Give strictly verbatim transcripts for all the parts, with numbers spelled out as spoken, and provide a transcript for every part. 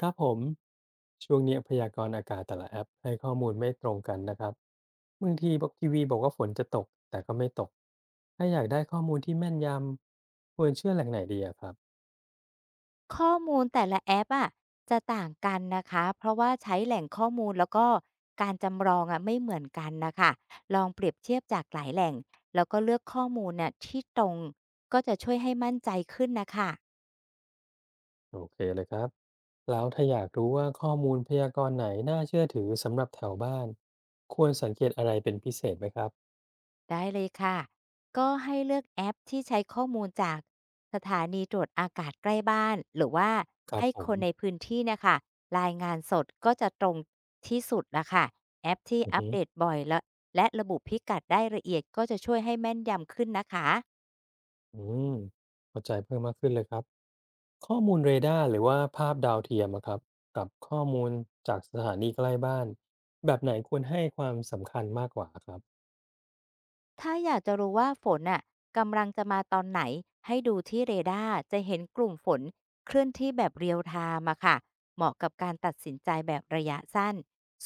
ครับผมช่วงนี้พยากรณ์อากาศแต่ละแอปให้ข้อมูลไม่ตรงกันนะครับบางทีบอกทีวีบอกว่าฝนจะตกแต่ก็ไม่ตกถ้าอยากได้ข้อมูลที่แม่นยำควรเชื่อแหล่งไหนดีอะครับข้อมูลแต่ละแอปอะจะต่างกันนะคะเพราะว่าใช้แหล่งข้อมูลแล้วก็การจำลองอะไม่เหมือนกันนะคะลองเปรียบเทียบจากหลายแหล่งแล้วก็เลือกข้อมูลน่ะที่ตรงก็จะช่วยให้มั่นใจขึ้นนะคะ โอเคเลยครับแล้วถ้าอยากรู้ว่าข้อมูลพยากรณ์ไหนน่าเชื่อถือสำหรับแถวบ้านควรสังเกตอะไรเป็นพิเศษไหมครับได้เลยค่ะ ก็ให้เลือกแอปที่ใช้ข้อมูลจากสถานีตรวจอากาศใกล้บ้านหรือว่าครับให้ผคมนในพื้นที่เนะคะรายงานสดก็จะตรงที่สุดละค่ะแอปที่อืออัปฮึ เดตบ่อยและและระบุพิกัดได้ละเอียดก็จะช่วยให้แม่นยำขึ้นนะคะ อืมเข้าใจเพิ่มมากขึ้นเลยครับ ข้อมูลเรดาร์หรือว่าภาพดาวเทียมอะครับ กับข้อมูลจากสถานีใกล้บ้านแบบไหนควรให้ความสำคัญมากกว่าครับ ถ้าอยากจะรู้ว่าฝนน่ะกำลังจะมาตอนไหนให้ดูที่เรดาร์จะเห็นกลุ่มฝนเคลื่อนที่แบบเรียลไทม์อะค่ะเหมาะกับการตัดสินใจแบบระยะสั้น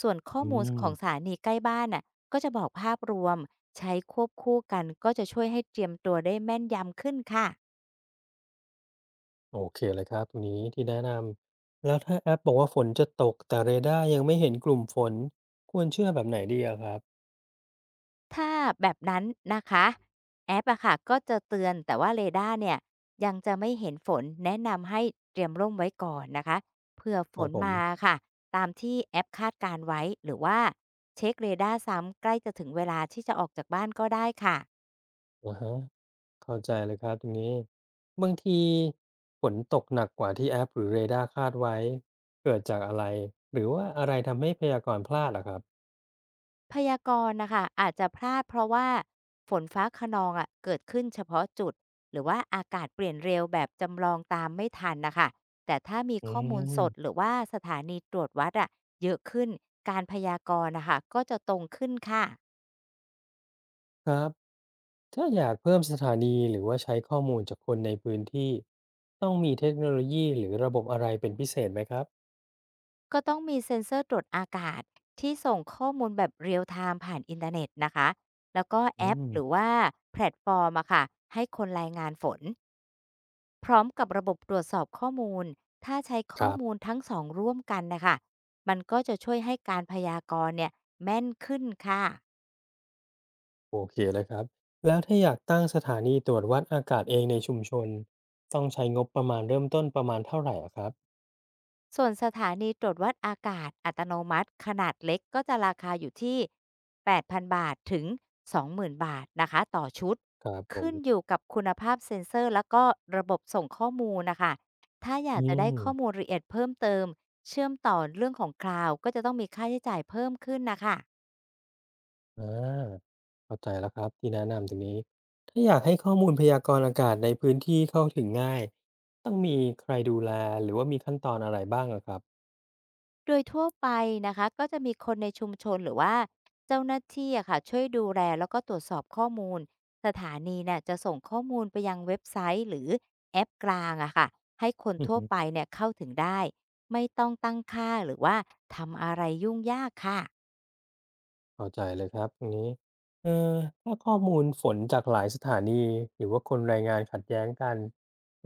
ส่วนข้ออืมูลม ของสถานีใกล้บ้านน่ะก็จะบอกภาพรวมใช้ควบคู่กันก็จะช่วยให้เตรียมตัวได้แม่นยำขึ้นค่ะ โอเคเลยครับตรงนี้ที่แนะนำ แล้วถ้าแอปบอกว่าฝนจะตกแต่เรดาร์ยังไม่เห็นกลุ่มฝนควรเชื่อแบบไหนดีอะครับถ้าแบบนั้นนะคะแอปอะค่ะก็จะเตือนแต่ว่าเรดาร์เนี่ยยังจะไม่เห็นฝนแนะนำให้เตรียมร่มไว้ก่อนนะคะเผื่อฝครับนผมมาค่ะตามที่แอปคาดการไว้หรือว่าเช็คเรดาร์ซ้ำใกล้จะถึงเวลาที่จะออกจากบ้านก็ได้ค่ะ อะฮะ เข้าใจเลยครับตรงนี้บางทีฝนตกหนักกว่าที่แอปหรือเรดาร์คาดไว้เกิดจากอะไรหรือว่าอะไรทำให้พยากรณ์พลาดล่ะครับพยากรณ์นะคะอาจจะพลาดเพราะว่าฝนฟ้าคะนองอะเกิดขึ้นเฉพาะจุดหรือว่าอากาศเปลี่ยนเร็วแบบจำลองตามไม่ทันนะคะแต่ถ้ามีอืข้อมูลสดหมรือว่าสถานีตรวจวัดอะเยอะขึ้นการพยากรณ์นะคะก็จะตรงขึ้นค่ะครับถ้าอยากเพิ่มสถานีหรือว่าใช้ข้อมูลจากคนในพื้นที่ต้องมีเทคโนโลยีหรือระบบอะไรเป็นพิเศษไหมครับก็ต้องมีเซ็นเซอร์ตรวจอากาศที่ส่งข้อมูลแบบ real time ผ่านอินเทอร์เน็ตนะคะแล้วก็แออืปมหรือว่าแพลตฟอร์มอะค่ะให้คนรายงานฝน พร้อมกับระบบตรวจสอบข้อมูล ถ้าใช้คข้อรัมูลบทั้งสองร่วมกันนะคะมันก็จะช่วยให้การพยากรณ์เนี่ยแม่นขึ้นค่ะโอเคเลยครับแล้วถ้าอยากตั้งสถานีตรวจวัดอากาศเองในชุมชนต้องใช้งบประมาณเริ่มต้นประมาณเท่าไหร่อะครับส่วนสถานีตรวจวัดอากาศอัตโนมัติขนาดเล็กก็จะราคาอยู่ที่ แปดพัน บาทถึง สองหมื่นบาทนะคะต่อชุด ครับผมขึ้นอยู่กับคุณภาพเซ็นเซอร์แล้วก็ระบบส่งข้อมูลนะคะถ้าอยาอืกจะได้ม ข้อมูลละเอียดเพิ่มเติมเชื่อมต่อเรื่องของคลาวก็จะต้องมีค่าใช้จ่ายเพิ่มขึ้นนะคะ อาเข้าใจแล้วครับที่แนะนำตรงนี้ถ้าอยากให้ข้อมูลพยากรณ์อากาศในพื้นที่เข้าถึงง่ายต้องมีใครดูแลหรือว่ามีขั้นตอนอะไรบ้างอะครับโดยทั่วไปนะคะก็จะมีคนในชุมชนหรือว่าเจ้าหน้าที่อะค่ะช่วยดูแลแล้วก็ตรวจสอบข้อมูลสถานีเนี่ยจะส่งข้อมูลไปยังเว็บไซต์หรือแอปกลางอะค่ะให้คนอือทั่วฮึไปเนี่ยเข้าถึงได้ไม่ต้องตั้งค่าหรือว่าทำอะไรยุ่งยากค่ะ เข้าใจเลยครับตรงนี้เอ่อถ้าข้อมูลฝนจากหลายสถานีหรือว่าคนรายงานขัดแย้งกัน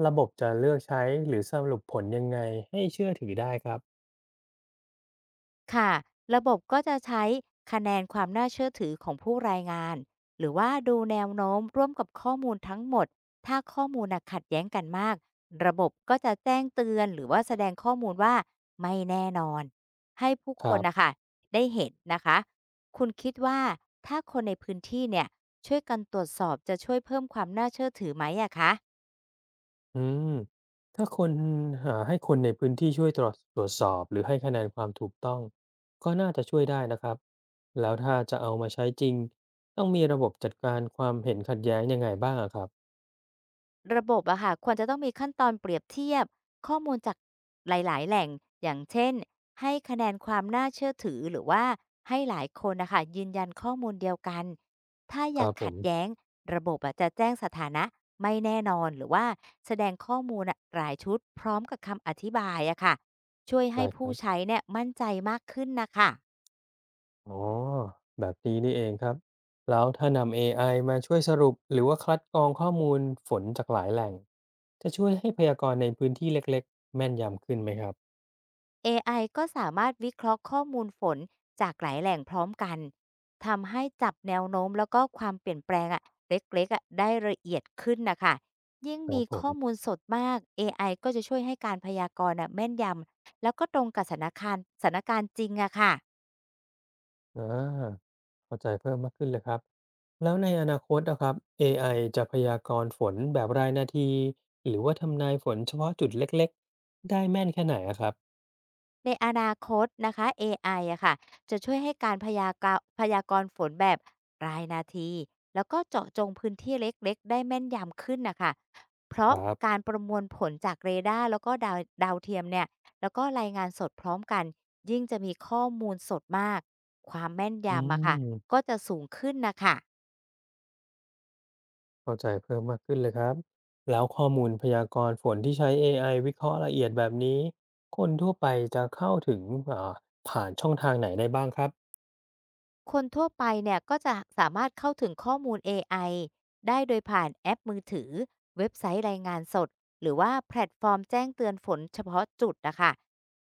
ระบบจะเลือกใช้หรือสรุปผลยังไงให้เชื่อถือได้ครับค่ะระบบก็จะใช้คะแนนความน่าเชื่อถือของผู้รายงานหรือว่าดูแนวโน้มร่วมกับข้อมูลทั้งหมดถ้าข้อมูลน่ะขัดแย้งกันมากระบบก็จะแจ้งเตือนหรือว่าแสดงข้อมูลว่าไม่แน่นอนให้ผู้คครันนะบ คะได้เห็นนะคะคุณคิดว่าถ้าคนในพื้นที่เนี่ยช่วยกันตรวจสอบจะช่วยเพิ่มความน่าเชื่อถือไหมอะคะ อืมถ้าคนหาให้คนในพื้นที่ช่วยตรวจตรวจสอบหรือให้คะแนนความถูกต้องก็น่าจะช่วยได้นะครับแล้วถ้าจะเอามาใช้จริงต้องมีระบบจัดการความเห็นขัดแย้งยังไงบ้างอะครับระบบอะค่ะควรจะต้องมีขั้นตอนเปรียบเทียบข้อมูลจากหลายๆแหล่งอย่างเช่นให้คะแนนความน่าเชื่อถือหรือว่าให้หลายคนนะค่ะยืนยันข้อมูลเดียวกันถ้าคยังรับผขัดแย้มงระบบอะจะแจ้งสถานะไม่แน่นอนหรือว่าแสดงข้อมูลอะหลายชุดพร้อมกับคำอธิบายอะค่ะช่วยให้ได้คผู้รับใช้เนี่ยมั่นใจมากขึ้นนะค่ะ อ๋อแบบนี้นี่เองครับแล้วถ้านำเอไอมาช่วยสรุปหรือว่าคัดกรองข้อมูลฝนจากหลายแหล่งจะช่วยให้พยากรณ์ในพื้นที่เล็กๆแม่นยำขึ้นไหมครับเอไอก็สามารถวิเคราะห์ข้อมูลฝนจากหลายแหล่งพร้อมกันทำให้จับแนวโน้มแล้วก็ความเปลี่ยนแปลงอะเล็กๆอะได้ละเอียดขึ้นนะคะยิ่งครัมีบผม ข้อมูลสดมาก เอ ไอ ก็จะช่วยให้การพยากรณ์อะแม่นยำแล้วก็ตรงกับสถานการณ์สถานการณ์จริงอะค่ะ อาเข้าใจเพิ่มมากขึ้นเลยครับแล้วในอนาคตนะครับเอไอจะพยากรณ์ฝนแบบรายนาทีหรือว่าทำนายฝนเฉพาะจุดเล็กๆได้แม่นแค่ไหนอะครับในอนาคตนะคะเอไออะค่ะจะช่วยให้การพยากาพยากรณ์ฝนแบบรายนาทีแล้วก็เจาะจงพื้นที่เล็กๆได้แม่นยำขึ้นนะคะ เพคราะรับการประมวลผลจากเรดาร์แล้วก็ดาวดาวเทียมเนี่ยแล้วก็รายงานสดพร้อมกันยิ่งจะมีข้อมูลสดมากความแม่นอืยำอะค่ะมก็จะสูงขึ้นนะค่ะ เข้าใจเพิ่มมากขึ้นเลยครับแล้วข้อมูลพยากรณ์ฝนที่ใช้เอไอวิเคราะห์ละเอียดแบบนี้คนทั่วไปจะเข้าถึงอ่าผ่านช่องทางไหนได้บ้างครับคนทั่วไปเนี่ยก็จะสามารถเข้าถึงข้อมูลเอไอได้โดยผ่านแอปมือถือเว็บไซต์รายงานสดหรือว่าแพลตฟอร์มแจ้งเตือนฝนเฉพาะจุดนะคะ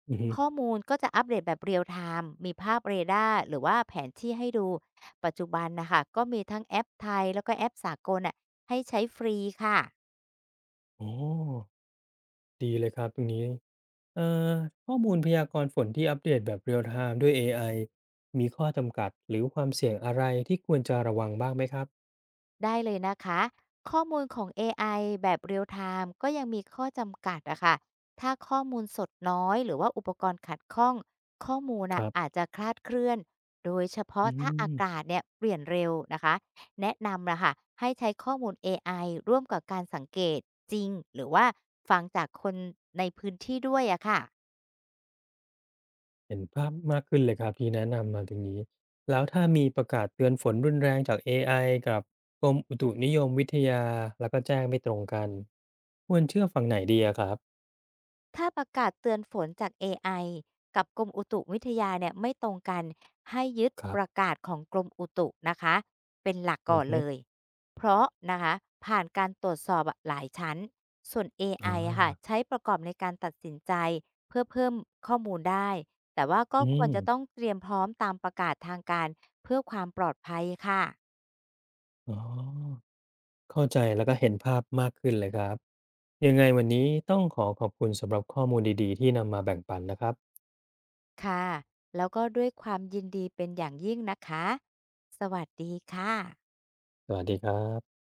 อือฮึข้อมูลก็จะอัปเดตแบบเรียลไทม์มีภาพเรดาร์หรือว่าแผนที่ให้ดูปัจจุบันนะคะก็มีทั้งแอปไทยแล้วก็แอปสากลน่ะให้ใช้ฟรีค่ะ อ๋อดีเลยครับตรงนี้ เอ่อข้อมูลพยากรณ์ฝนที่อัปเดตแบบเรียลไทม์ด้วยเอไอมีข้อจำกัดหรือความเสี่ยงอะไรที่ควรจะระวังบ้างไหมครับ ได้เลยนะคะข้อมูลของ เอ ไอ แบบเรียลไทม์ก็ยังมีข้อจำกัดอะค่ะถ้าข้อมูลสดน้อยหรือว่าอุปกรณ์ขัดข้องข้อมูลคอะรัอาจบจะคลาดเคลื่อนโดยเฉพาะอืถ้าอากามศเนี่ยเปลี่ยนเร็วนะคะแนะนำนะคะให้ใช้ข้อมูล เอ ไอ ร่วมกับการสังเกตจริงหรือว่าฟังจากคนในพื้นที่ด้วยอะค่ะ เห็นภาพมากขึ้นเลยครับที่แนะนำมาตรงนี้ แล้วถ้ามีประกาศเตือนฝนรุนแรงจากเอไอกับกรมอุตุนิยมวิทยาแล้วก็แจ้งไม่ตรงกันควรเชื่อฝั่งไหนดีอะครับ ถ้าประกาศเตือนฝนจากเอไอกับกรมอุตุวิทยาเนี่ยไม่ตรงกันให้ยึดครัประบกาศของกรมอุตุนะคะเป็นหลักอืก่ออนฮึเลยเพราะนะคะผ่านการตรวจสอบอะหลายชั้นส่วน AI ออไออะค่ะาใช้ประกอบในการตัดสินใจเพื่อเพิ่มข้อมูลได้แต่ว่าก็อืควรมจะต้องเตรียมพร้อมตามประกาศทางการเพื่อความปลอดภัยค่ะอ๋อ เข้าใจแล้วก็เห็นภาพมากขึ้นเลยครับยังไงวันนี้ต้องขอขอบคุณสำหรับข้อมูลดีๆที่นำมาแบ่งปันนะครับค่ะแล้วก็ด้วยความยินดีเป็นอย่างยิ่งนะคะสวัสดีค่ะสวัสดีครับ